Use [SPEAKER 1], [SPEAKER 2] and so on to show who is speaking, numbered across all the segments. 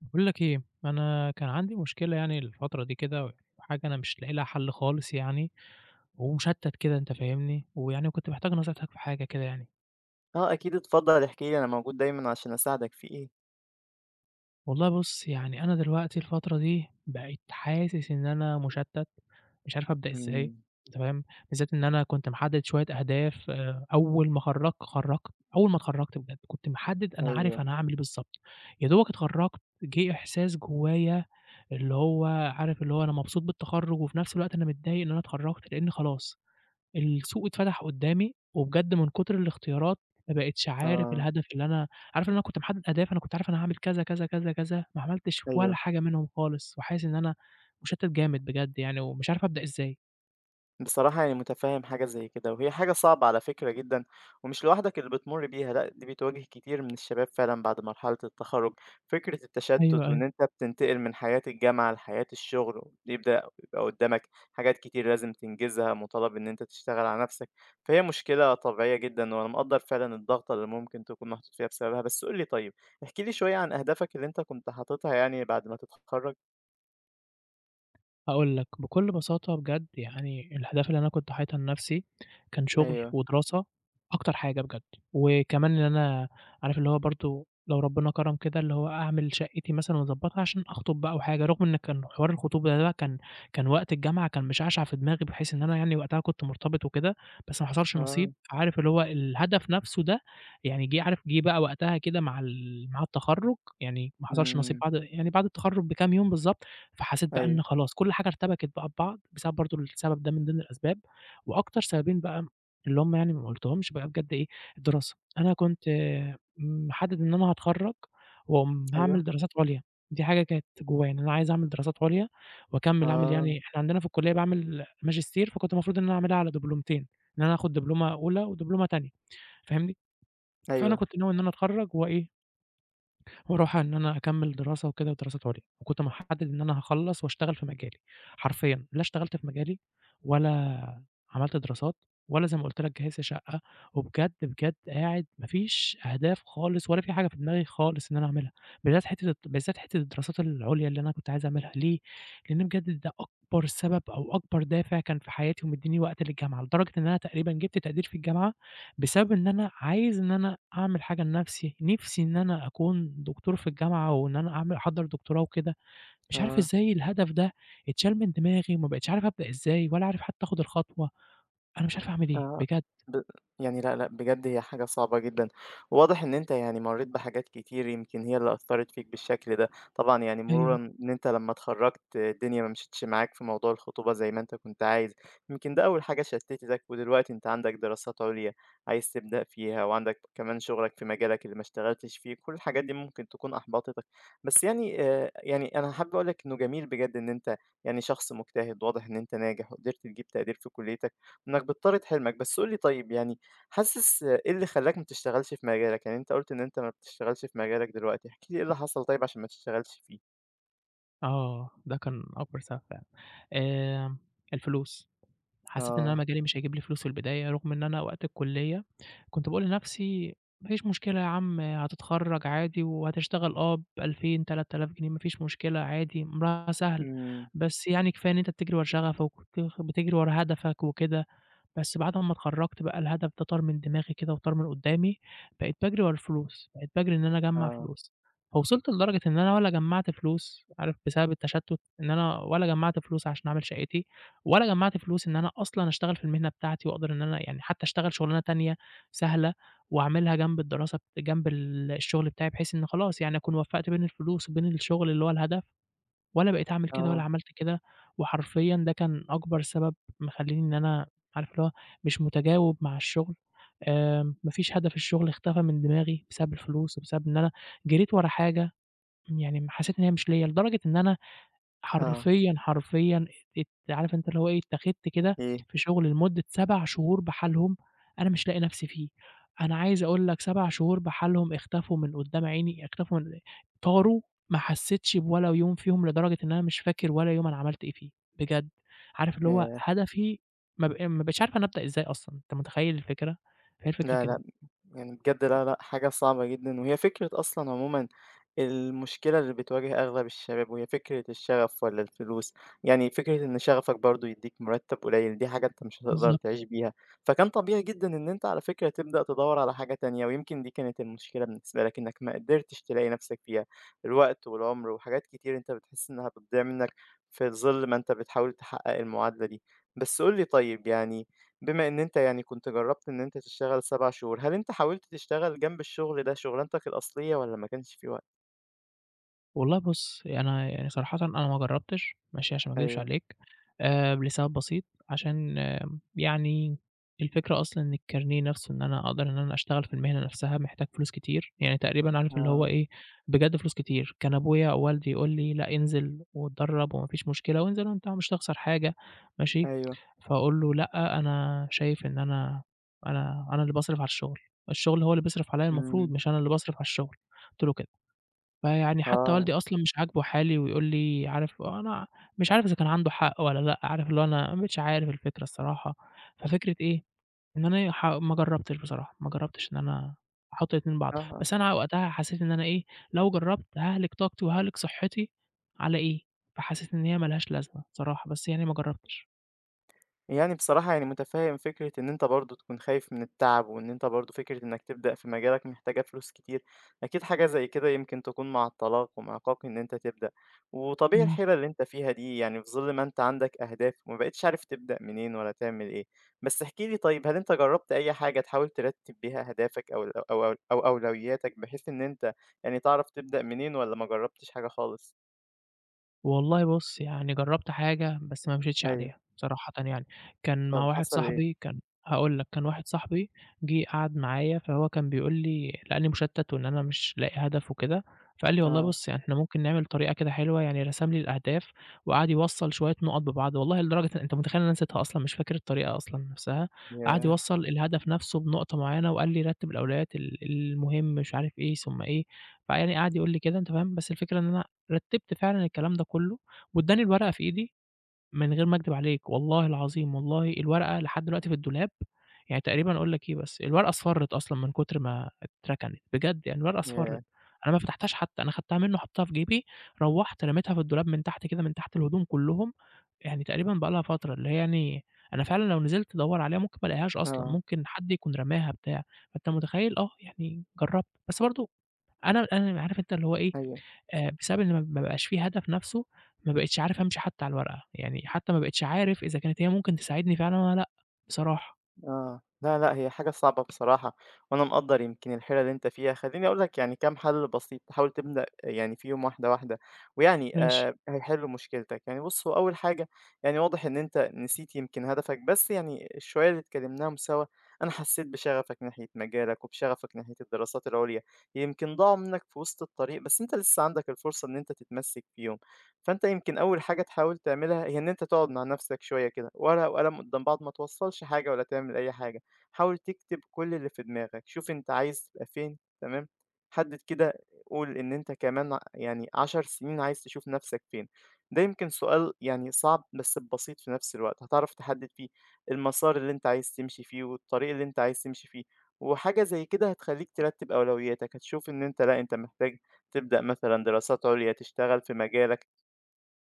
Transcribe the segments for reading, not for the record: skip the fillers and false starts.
[SPEAKER 1] باقول لك إيه، أنا كان عندي مشكلة يعني الفترة دي كده، وحاجة أنا مش لاقي لها حل خالص يعني، ومشتت كده أنت فاهمني، ويعني وكنت محتاج نصيحتك في حاجة كده يعني.
[SPEAKER 2] آه أكيد اتفضل احكِ لي، أنا موجود دايمًا عشان أساعدك في إيه.
[SPEAKER 1] والله بُص، يعني أنا دلوقتي الفترة دي بقيت حاسس إن أنا مُشتَّت، مش عارف أبدأ إزاي،
[SPEAKER 2] إمم،
[SPEAKER 1] تمام، بالذات إن أنا كنت محدِّد شوية أهداف أول ما اتخرّجت بجد، كنت محدِّد أنا عارف
[SPEAKER 2] أيوه،
[SPEAKER 1] أنا هاعمل إيه بالضبط، يا دوبك اتخرّجت جِه إحساس جوّايا اللي هو عارف اللي هو أنا مبسوط بالتخرُّج وفي نفس الوقت أنا متضايق إن أنا اتخرّجت، لإن خلاص السوق اتفتح قدّامي، وبجد من كتر الاختيارات ما بقيتش عارف
[SPEAKER 2] آه،
[SPEAKER 1] الهدف اللي أنا عارف إن أنا كنت محدد أهداف، أنا كنت عارف أنا هاعمل كذا، كذا، كذا، كذا، ما عملتش ولا
[SPEAKER 2] أيوه.
[SPEAKER 1] حاجة منهم خالص، وحاسس إن أنا مُشتت جامد بجد يعني، ومش عارف أبدأ إزاي.
[SPEAKER 2] بصراحة يعني متفهم حاجة زي كده وهي حاجة صعبة على فكرة جدا، ومش لوحدك اللي بتمر بيها، لا دي بتواجه كتير من الشباب فعلا بعد مرحلة التخرج، فكرة
[SPEAKER 1] أيوه،
[SPEAKER 2] التشتت
[SPEAKER 1] أيوه.
[SPEAKER 2] وإن أنت بتنتقل من حياة الجامعة لحياة الشغل وبيبدأ يبقى قدامك حاجات كتير لازم تنجزها، مطالب إن أنت تشتغل على نفسك، فهي مشكلة طبيعية جدا وأنا مقدر فعلا الضغطة اللي ممكن تكون محطوط فيها بسببها. بس قولي طيب، احكي لي شوية عن أهدافك اللي أنت كنت حاططها يعني بعد ما تتخرج.
[SPEAKER 1] هاقول لك، بكل بساطة بجد يعني الأهداف اللي أنا كنت حاططها لنفسي كان شغل
[SPEAKER 2] أيوه.
[SPEAKER 1] ودراسة أكتر حاجة بجد، وكمان إن أنا عارف اللي هو برضه لو ربنا كرم كده اللي هو أعمل شقتي مثلًا وأضبّطها عشان أخطب بقى وحاجة، رغم إن كان حوار الخطوبة ده كان وقت الجامعة كان مشعشع في دماغي بحيث إن أنا يعني وقتها كنت مرتبط وكده، بس ما حصلش نصيب،
[SPEAKER 2] آه.
[SPEAKER 1] عارف اللي هو الهدف نفسه ده يعني جِه عارف جِه بقى وقتها كده مع مع التخرُّج، يعني ما حصلش نصيب
[SPEAKER 2] أمم.
[SPEAKER 1] بعد يعني بعد التخرُّج بكام يوم بالضبط. فحسيت بقى
[SPEAKER 2] أيوه.
[SPEAKER 1] إن خلاص كل حاجة ارتبكت بقى ببعض بسبب برضه السبب ده من ضمن الأسباب، وأكتر سببين بقى اللي هم يعني ما قُلتهمش بقى بجد إيه، الدراسة، أنا كنت آه، محدد إن أنا هاتخرّج وم هاعمل
[SPEAKER 2] أيوه.
[SPEAKER 1] دراسات عليا، دي حاجة كانت جوايا إن أنا عايز أعمل دراسات عليا وأكمّل أعمل يعني
[SPEAKER 2] آه.
[SPEAKER 1] إحنا عندنا في الكلية باعمل ماجستير، فكنت المفروض إن أنا أعملها على دبلومتين، إن أنا آخد دبلومة أولى ودبلومة تانية، فاهمني؟ فأنا
[SPEAKER 2] أيوه.
[SPEAKER 1] كنت ناوي إن أنا أتخرّج وإيه وأروح إن أنا أكمّل دراسة وكده ودراسات عُليا، وكنت محدد إن أنا هاخلّص واشتغل في مجالي، حرفيًا لا اشتغلت في مجالي ولا عملت دراسات ولا زي ما قُلت لك جهّزت شقة، وبجد، بجد قاعد ما فيش أهداف خالص ولا في حاجة في دماغي خالص إن أنا أعملها، بالذات حتّة الدراسات العُليا اللي أنا كنت عايز أعملها ليه؟ لإن بجد ده أكبر سبب أو أكبر دافع كان في حياتي ومدّيني وقت للجامعة، لدرجة إن أنا تقريبًا جِبت تقدير في الجامعة بسبب إن أنا عايز إن أنا أعمل حاجة لنفسي، نِفْسي إن أنا أكون دكتور في الجامعة وإن أنا أعمل أحضّر دكتوراه وكده، مش
[SPEAKER 2] إمم.
[SPEAKER 1] عارف
[SPEAKER 2] آه،
[SPEAKER 1] إزاي الهدف ده اتشال من دماغي وما بقيتش عارف أبدأ إزاي ولا عارف حتّى آخُد الخطوة، أنا مش عارف أعمل إيه
[SPEAKER 2] آه.
[SPEAKER 1] بجد.
[SPEAKER 2] ب يعني لأ، لأ، بجد هي حاجة صعبة جدًا. واضح إن أنت يعني مرّيت بحاجات كتير يمكن هي اللي أثّرت فيك بالشكل ده. طبعًا يعني مرورًا
[SPEAKER 1] أيوه.
[SPEAKER 2] إن أنت لمّا اتخرّجت الدنيا ما مشيتش معاك في موضوع الخطوبة زي ما أنت كنت عايز، يمكن ده أول حاجة شتّتك، ودلوقتي أنت عندك دراسات عليا عايز تبدأ فيها، وعندك كمان شغلك في مجالك اللي ما اشتغلتش فيه، كل الحاجات دي ممكن تكون أحبطتك. بس يعني يعني أنا حابب أقول لك إنه جميل بجد إن أنت يعني شخص مجتهد، واضح إن أنت ناجح وقدرت تجيب تقدير في كُلّيتك. إنك بتطارد حلمك. بس قُل لي طيب، يعني حاسس إيه اللي خلّاك ما تشتغلش في مجالك؟ يعني أنت قُلت إن أنت ما بتشتغلش في مجالك دلوقتي، احكِ لي إيه اللي حصل طيب عشان ما تشتغلش فيه؟
[SPEAKER 1] آه، ده كان أكبر سبب فعلًا. آمم الفلوس. حسيت إن أنا
[SPEAKER 2] آه.
[SPEAKER 1] مجالي مش هيجيب لي فلوس في البداية، رغم إن أنا وقت الكلية كنت باقول لنفسي ما فيش مشكلة يا عم هتتخرّج عادي وهتشتغل آه ب2000 3000 جنيه ما فيش مشكلة عادي، أمرها سهل،
[SPEAKER 2] إمم.
[SPEAKER 1] بس يعني كفاية إن أنت بتجري ورا شغفك وبت بتجري ورا هدفك وكده. بس بعد أمّا اتخرّجت بقى الهدف ده طار من دماغي كده وطار من قدّامي، بقيت باجري ورا الفلوس، بقيت باجري إن أنا أجمّع
[SPEAKER 2] آه.
[SPEAKER 1] فلوس، فوصلت لدرجة إن أنا ولا جمّعت فلوس عارف بسبب التشتُّت، إن أنا ولا جمّعت فلوس عشان أعمل شقتي، ولا جمّعت فلوس إن أنا أصلًا أشتغل في المهنة بتاعتي وأقدر إن أنا يعني حتى أشتغل شُغلانة تانية سهلة وأعملها جنب الدراسة جنب الشغل بتاعي، بحيث إن خلاص يعني أكون وفّقت بين الفلوس وبين الشغل اللي هو الهدف. ولا بقيت أعمل كده ولا
[SPEAKER 2] آه.
[SPEAKER 1] عملت كده، وحرفيًا ده كان أكبر سبب مخلّيني إن أنا عارف اللي هو مش متجاوب مع الشغل، ما فيش هدف الشغل اختفى من دماغي بسبب الفلوس، وبسبب إن أنا جريت ورا حاجة يعني حسيت إن هي مش ليّا، لدرجة إن أنا
[SPEAKER 2] آه.
[SPEAKER 1] حرفيًا، حرفيًا عارف أنت اللي هو إيه، اتّاخدت كده
[SPEAKER 2] إيه؟
[SPEAKER 1] في شغل لمدة 7 شهور بحالهم، أنا مش لاقي نفسي فيه. أنا عايز أقول لك 7 شهور بحالهم اختفوا من قدّام عيني، اختفوا من طاروا، ما حسيتش بولا يوم فيهم لدرجة إن أنا مش فاكر ولا يوم أنا عملت إيه فيه، بجد. عارف اللي هو
[SPEAKER 2] ياه!
[SPEAKER 1] هدفي ما بقيتش عارف أنا أبدأ إزاي أصلًا، أنت متخيل الفكرة؟ فهي الفكرة
[SPEAKER 2] لا،
[SPEAKER 1] كده
[SPEAKER 2] لأ.
[SPEAKER 1] بقى.
[SPEAKER 2] يعني بجد لا لأ، حاجة صعبة جدًا، وهي فكرة أصلًا عمومًا المشكلة اللي بتواجه أغلب الشباب، وهي فكرة الشغف والّا الفلوس. يعني فكرة إن شغفك برضه يدّيك مرتب قليل، دي حاجة أنت مش هتقدر
[SPEAKER 1] بالضبط.
[SPEAKER 2] تعيش بيها، فكان طبيعي جدًا إن أنت على فكرة تبدأ تدوّر على حاجة تانية، ويمكن دي كانت المشكلة بالنسبة لك، إنك ما قدرتش تلاقي نفسك فيها، الوقت والعمر وحاجات كتير أنت بتحس إنها بتضيع منك في ظل ما أنت بتحاول تحقق المعادلة دي. بس قُل لي طيب، يعني بما إن أنت يعني كنت جرّبت إن أنت تشتغل 7 شهور، هل أنت حاولت تشتغل جنب الشغل ده شغلانتك الأصلية والّا ما كانش في وقت؟
[SPEAKER 1] والله بُص، أنا يعني صراحةً أنا ما جرّبتش ماشي، عشان ما أكدبش
[SPEAKER 2] أيوه.
[SPEAKER 1] عليك لسبب بسيط عشان آه يعني الفكرة أصلًا إن الكارنيه نفْسه إن أنا أقدر إن أنا أشتغل في المهنة نفْسها محتاج فلوس كتير، يعني تقريبًا عارف اللي هو
[SPEAKER 2] آه.
[SPEAKER 1] إيه، بجد فلوس كتير، كان أبويا أو والدي يقول لي: "لأ، انزل واتدرّب وما فيش مشكلة وانزل وأنت مش هتخسر حاجة." ماشي،
[SPEAKER 2] أيوه.
[SPEAKER 1] فأقول له: "لأ، أنا شايف إن أنا أنا اللي باصرف على الشغل، الشغل هو اللي بيصرف عليَّ المفروض
[SPEAKER 2] إمم.
[SPEAKER 1] مش أنا اللي باصرف على الشغل." قُلت له كده. فيعني حتى
[SPEAKER 2] آه.
[SPEAKER 1] والدي أصلًا مش عاجبه حالي ويقول لي عارف أنا مش عارف إذا كان عنده حق والّا لأ، عارف اللي هو أنا ما بقيتش عارف الفكرة الصراحة، ففكرة إيه، إن أنا ما جرّبتش بصراحة، ما جرّبتش إن أنا أحُط الاتنين ببعض،
[SPEAKER 2] آه. آه.
[SPEAKER 1] بس أنا وقتها حسيت إن أنا إيه، لو جرّبت هاهلِك طاقتي وهاهلِك صحّتي على إيه، فحسيت إن هي ما لهاش لازمة بصراحة، بس يعني ما جرّبتش.
[SPEAKER 2] يعني بصراحة يعني متفهم فكرة إن أنت برضو تكون خايف من التعب، وإن أنت برضو فكرة إنك تبدأ في مجالك محتاجة فلوس كتير، أكيد حاجة زي كده يمكن تكون معطلاك ومعاقاك إن أنت تبدأ. وطبيعي
[SPEAKER 1] إمم.
[SPEAKER 2] الحيرة اللي أنت فيها دي يعني في ظل ما أنت عندك أهداف وما بقتش عارف تبدأ منين ولا تعمل إيه. بس احكي لي طيب، هل أنت جربت أي حاجة تحاول ترتب بيها أهدافك أو أولوياتك بحيث إن أنت يعني تعرف تبدأ منين، ولا ما جربتش حاجة خالص؟
[SPEAKER 1] والله بُص، يعني جرّبت حاجة بس ما مشيتش
[SPEAKER 2] ايوه.
[SPEAKER 1] عليها صراحةً يعني، كان مع
[SPEAKER 2] طب
[SPEAKER 1] واحد
[SPEAKER 2] حصل إيه؟
[SPEAKER 1] صاحبي كان هاقول لك، كان واحد صاحبي جِه قعد معايا، فهو كان بيقول لي لقاني مشتت وإن أنا مش لاقي هدف وكده، فقال لي والله
[SPEAKER 2] اه.
[SPEAKER 1] بُص، يعني إحنا ممكن نعمل طريقة كده حلوة، يعني رسم لي الأهداف وقعد يوصّل شوية نُقط ببعض، والله لدرجة إن أنت متخيل إن أنا نسيتها أصلًا، مش فاكر الطريقة أصلًا نفسها، قعد
[SPEAKER 2] ياه.
[SPEAKER 1] يوصّل الهدف نفسه بنقطة معيّنة وقال لي رتّب الأولويات المهم مش عارف إيه ثم إيه، فيعني قعد يقول لي كده أنت فاهم، بس الفكرة إن أنا رتّبت فعلًا الكلام ده كلّه، وادّاني الورقة في إيدي من غير ما أكدب عليك، والله العظيم، والله الورقة لحد دلوقتي في الدولاب، يعني تقريبًا أقول لك إيه بس، الورقة اصفرِّت أصلًا من كتر ما اتركنت، بجد يعني الورقة اصفرِّت،
[SPEAKER 2] ياه.
[SPEAKER 1] أنا ما فتحتهاش حتى، أنا خدتها منه حطيتها في جيبي، روّحت رميتها في الدولاب من تحت كده، من تحت الهدوم كلّهم، يعني تقريبًا بقى لها فترة، اللي هي يعني أنا فعلًا لو نزلت أدوّر عليها ممكن ما الاقيهاش أصلًا،
[SPEAKER 2] اه.
[SPEAKER 1] ممكن حد يكون رماها بتاع، فأنت متخيّل؟ آه، يعني جرّبت، بس برضه أنا عارف أنت اللي هو إيه،
[SPEAKER 2] ايوه.
[SPEAKER 1] بسبب إن ما بقاش في هدف نَفْسه، ما بقيتش عارف أمشي حتى على الورقة، يعني حتى ما بقيتش عارف إذا كانت هي ممكن تساعدني فعلًا والّا لأ بصراحة.
[SPEAKER 2] آه. لا، لأ، هي حاجة صعبة بصراحة، وأنا مقدّر يمكن الحيرة اللي أنت فيها. خلّيني أقول لك يعني كام حَل بسيط تحاول تبدأ آه، يعني فيهم واحدة، واحدة، ويعني
[SPEAKER 1] ماشي،
[SPEAKER 2] هيحلّوا مشكلتك. يعني بُص، هو أول حاجة، يعني واضح إن أنت نسيت يمكن هدفك، بس يعني الشوية اللي اتكلّمناهم سوا أنا حسّيت بشغفك ناحية مجالك وبشغفك ناحية الدراسات العُليا، يمكن ضاعوا منّك في وسط الطريق، بس أنت لسّه عندك الفرصة إن أنت تتمسّك بيهم. فأنت يمكن أول حاجة تحاول تعملها هي إن أنت تقعد مع نفسك شوية كده، ورقة وقلم قدام بعض، ما توصّلش حاجة ولا تعمل أي حاجة، حاول تكتب كل اللي في دماغك، شوف أنت عايز تبقى فين تمام، حدد كده، قُل إن أنت كمان ع يعني 10 سنين عايز تشوف نفسك فين. ده يمكن سؤال يعني صعب بس بسيط في نفس الوقت، هتعرف تحدد فيه المسار اللي أنت عايز تمشي فيه والطريق اللي أنت عايز تمشي فيه. وحاجة زي كده هتخلّيك ترتّب أولوياتك، هتشوف إن أنت لأ أنت محتاج تبدأ مثلًا دراسات عُليا، تشتغل في مجالك.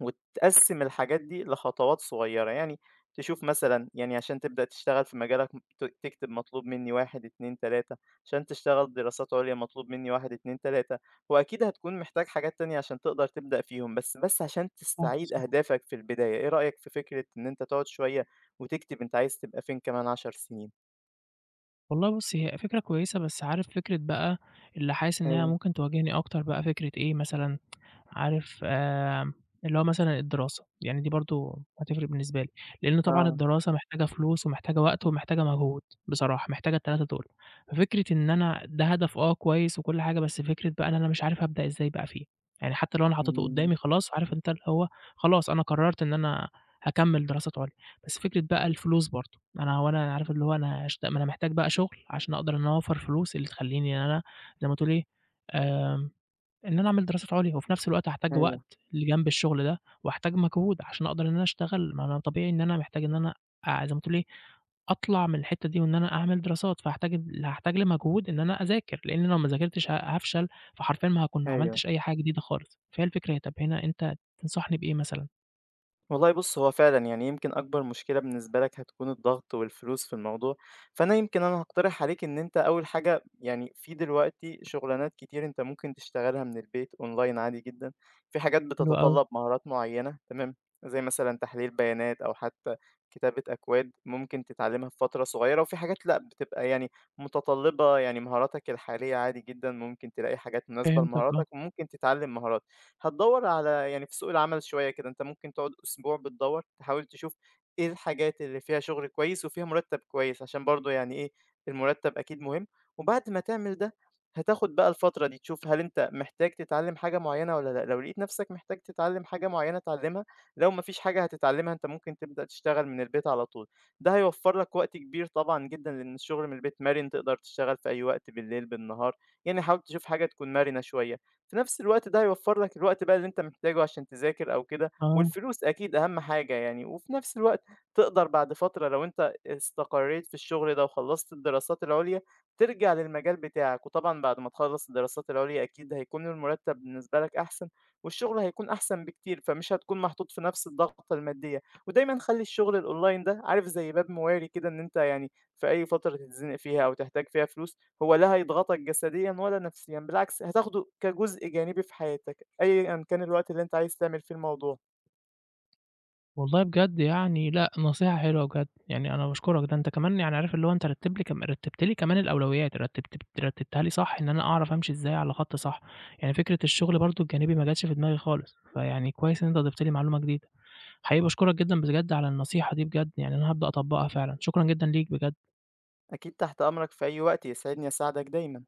[SPEAKER 2] وتقسّم الحاجات دي لخطوات صغيّرة، يعني تشوف مثلًا يعني عشان تبدأ تشتغل في مجالك م- ت تكتب مطلوب مني 1، 2، 3، عشان تشتغل دراسات عُليا مطلوب مني 1، 2، 3. وأكيد هتكون محتاج حاجات تانية عشان تقدر تبدأ فيهم، بس عشان
[SPEAKER 1] صح،
[SPEAKER 2] تستعيد
[SPEAKER 1] صح.
[SPEAKER 2] أهدافك في البداية، إيه رأيك في فكرة إن أنت تقعد شوية وتكتب أنت عايز تبقى فين كمان 10 سنين؟
[SPEAKER 1] والله بُص، هي فكرة كويسة، بس عارف فكرة بقى اللي حاسس إن هي
[SPEAKER 2] أيوه.
[SPEAKER 1] ممكن تواجهني أكتر بقى فكرة إيه مثلًا؟ عارف اللي هو مثلًا الدراسة، يعني دي برضه هتفرق بالنسبة لي، لإن طبعًا
[SPEAKER 2] آه.
[SPEAKER 1] الدراسة محتاجة فلوس ومحتاجة وقت ومحتاجة مجهود بصراحة، محتاجة ال3 دول، ففكرة إن أنا ده هدف آه كويس وكل حاجة، بس فكرة بقى إن أنا مش عارف أبدأ إزاي بقى فيه، يعني حتى لو أنا حطيته
[SPEAKER 2] إمم.
[SPEAKER 1] قدامي خلاص عارف أنت اللي هو خلاص أنا قررت إن أنا هاكمّل دراسات عُليا، بس فكرة بقى الفلوس برضه، أنا هو أنا عارف اللي هو أنا ما أنا محتاج بقى شغل عشان أقدر إن أنا أوفّر فلوس اللي تخلّيني إن أنا زي ما تقول إيه، آمم إن أنا أعمل دراسات عُليا، وفي نفس الوقت هاحتاج وقت
[SPEAKER 2] أيوه.
[SPEAKER 1] لجنب الشغل ده، وهاحتاج مجهود عشان أقدر إن أنا أشتغل، ما أنا طبيعي إن أنا محتاج إن أنا زي ما تقول إيه، أطلع من الحتّة دي وإن أنا أعمل دراسات، فهاحتاج هاحتاج لمجهود إن أنا أذاكر، لإن أنا لو ما ذاكرتش هافشل، فحرفيًا ما هاكون ما
[SPEAKER 2] أيوه.
[SPEAKER 1] عملتش أي حاجة جديدة خالص، فهي الفكرة هي طَب هنا أنت تنصحني بإيه مثلًا؟
[SPEAKER 2] والله بُص، هو فعلًا يعني يمكن أكبر مشكلة بالنسبة لك هتكون الضغط والفلوس في الموضوع، فأنا يمكن أنا هاقترح عليك إن أنت أول حاجة، يعني في دلوقتي شُغلانات كتير أنت ممكن تشتغلها من البيت online عادي جدًا، في حاجات
[SPEAKER 1] حلو أوي،
[SPEAKER 2] بتتطلب مهارات معيّنة تمام، زي مثلًا تحليل بيانات أو حتى كتابة أكواد ممكن تتعلمها في فترة صغيّرة، وفي حاجات لأ بتبقى يعني متطلبة يعني مهاراتك الحالية عادي جدًا، ممكن تلاقي حاجات مناسبة
[SPEAKER 1] فهمتك آه،
[SPEAKER 2] لمهاراتك وممكن تتعلم مهارات. هتدوّر على يعني في سوق العمل شوية كده، أنت ممكن تقعد أسبوع بتدوّر، تحاول تشوف إيه الحاجات اللي فيها شغل كويس وفيها مُرتّب كويس، عشان برضه يعني إيه، المُرتّب أكيد مهم. وبعد ما تعمل ده، هتاخد بقى الفترة دي تشوف هل أنت محتاج تتعلّم حاجة معيّنة والّا لأ، لو لقيت نَفْسك محتاج تتعلّم حاجة معيّنة اتعلّمها، لو ما فيش حاجة هتتعلّمها أنت ممكن تبدأ تشتغل من البيت على طول. ده هيوفّر لك وقت كبير طبعًا جدًا، لإن الشغل من البيت مَرِن، تقدر تشتغل في أي وقت بالليل، بالنهار، يعني حاول تشوف حاجة تكون مَرِنة شوية. في نفس الوقت ده هيوفّر لك الوقت بقى اللي أنت محتاجه عشان تذاكر أو كده،
[SPEAKER 1] آه.
[SPEAKER 2] والفلوس أكيد أهم حاجة يعني. وفي نفس الوقت تقدر بعد فترة لو أنت استقريت في الشغل ده وخلّصت الدراسات العُليا، ترجع للمجال بتاعك، وطبعًا بعد ما تخلّص الدراسات العُليا أكيد هيكون المرتب بالنسبة لك أحسن، والشغل هيكون أحسن بكتير، فمش هتكون محطوط في نفس الضغطة المادية. ودايمًا خلّي الشغل الأونلاين ده عارف زي باب مواري كده، إن أنت يعني في أي فترة تتزنق فيها أو تحتاج فيها فلوس، هو لا هيضغطك جسديًا ولا نفسيًا، بالعكس هتاخده كجزء جانبي في حياتك، أيًا كان الوقت اللي أنت عايز تعمل فيه الموضوع.
[SPEAKER 1] والله بجد يعني لأ، نصيحة حلوة بجد، يعني أنا باشكرك، ده أنت كمان يعني عارف اللي هو أنت رتّبت لي كمان الأولويات، رتّبتها لي صح إن أنا أعرف أمشي إزاي على خط صح، يعني فكرة الشغل برضه الجانبي ما جاتش في دماغي خالص، فيعني كويس إن أنت ضِفت لي معلومة جديدة، حقيقي باشكرك جدًا بجد على النصيحة دي بجد، يعني أنا هابدأ أطبّقها فعلًا، شكرًا جدًا ليك بجد.
[SPEAKER 2] أكيد تحت أمرك في أي وقت، يسعدني أساعدك دايمًا.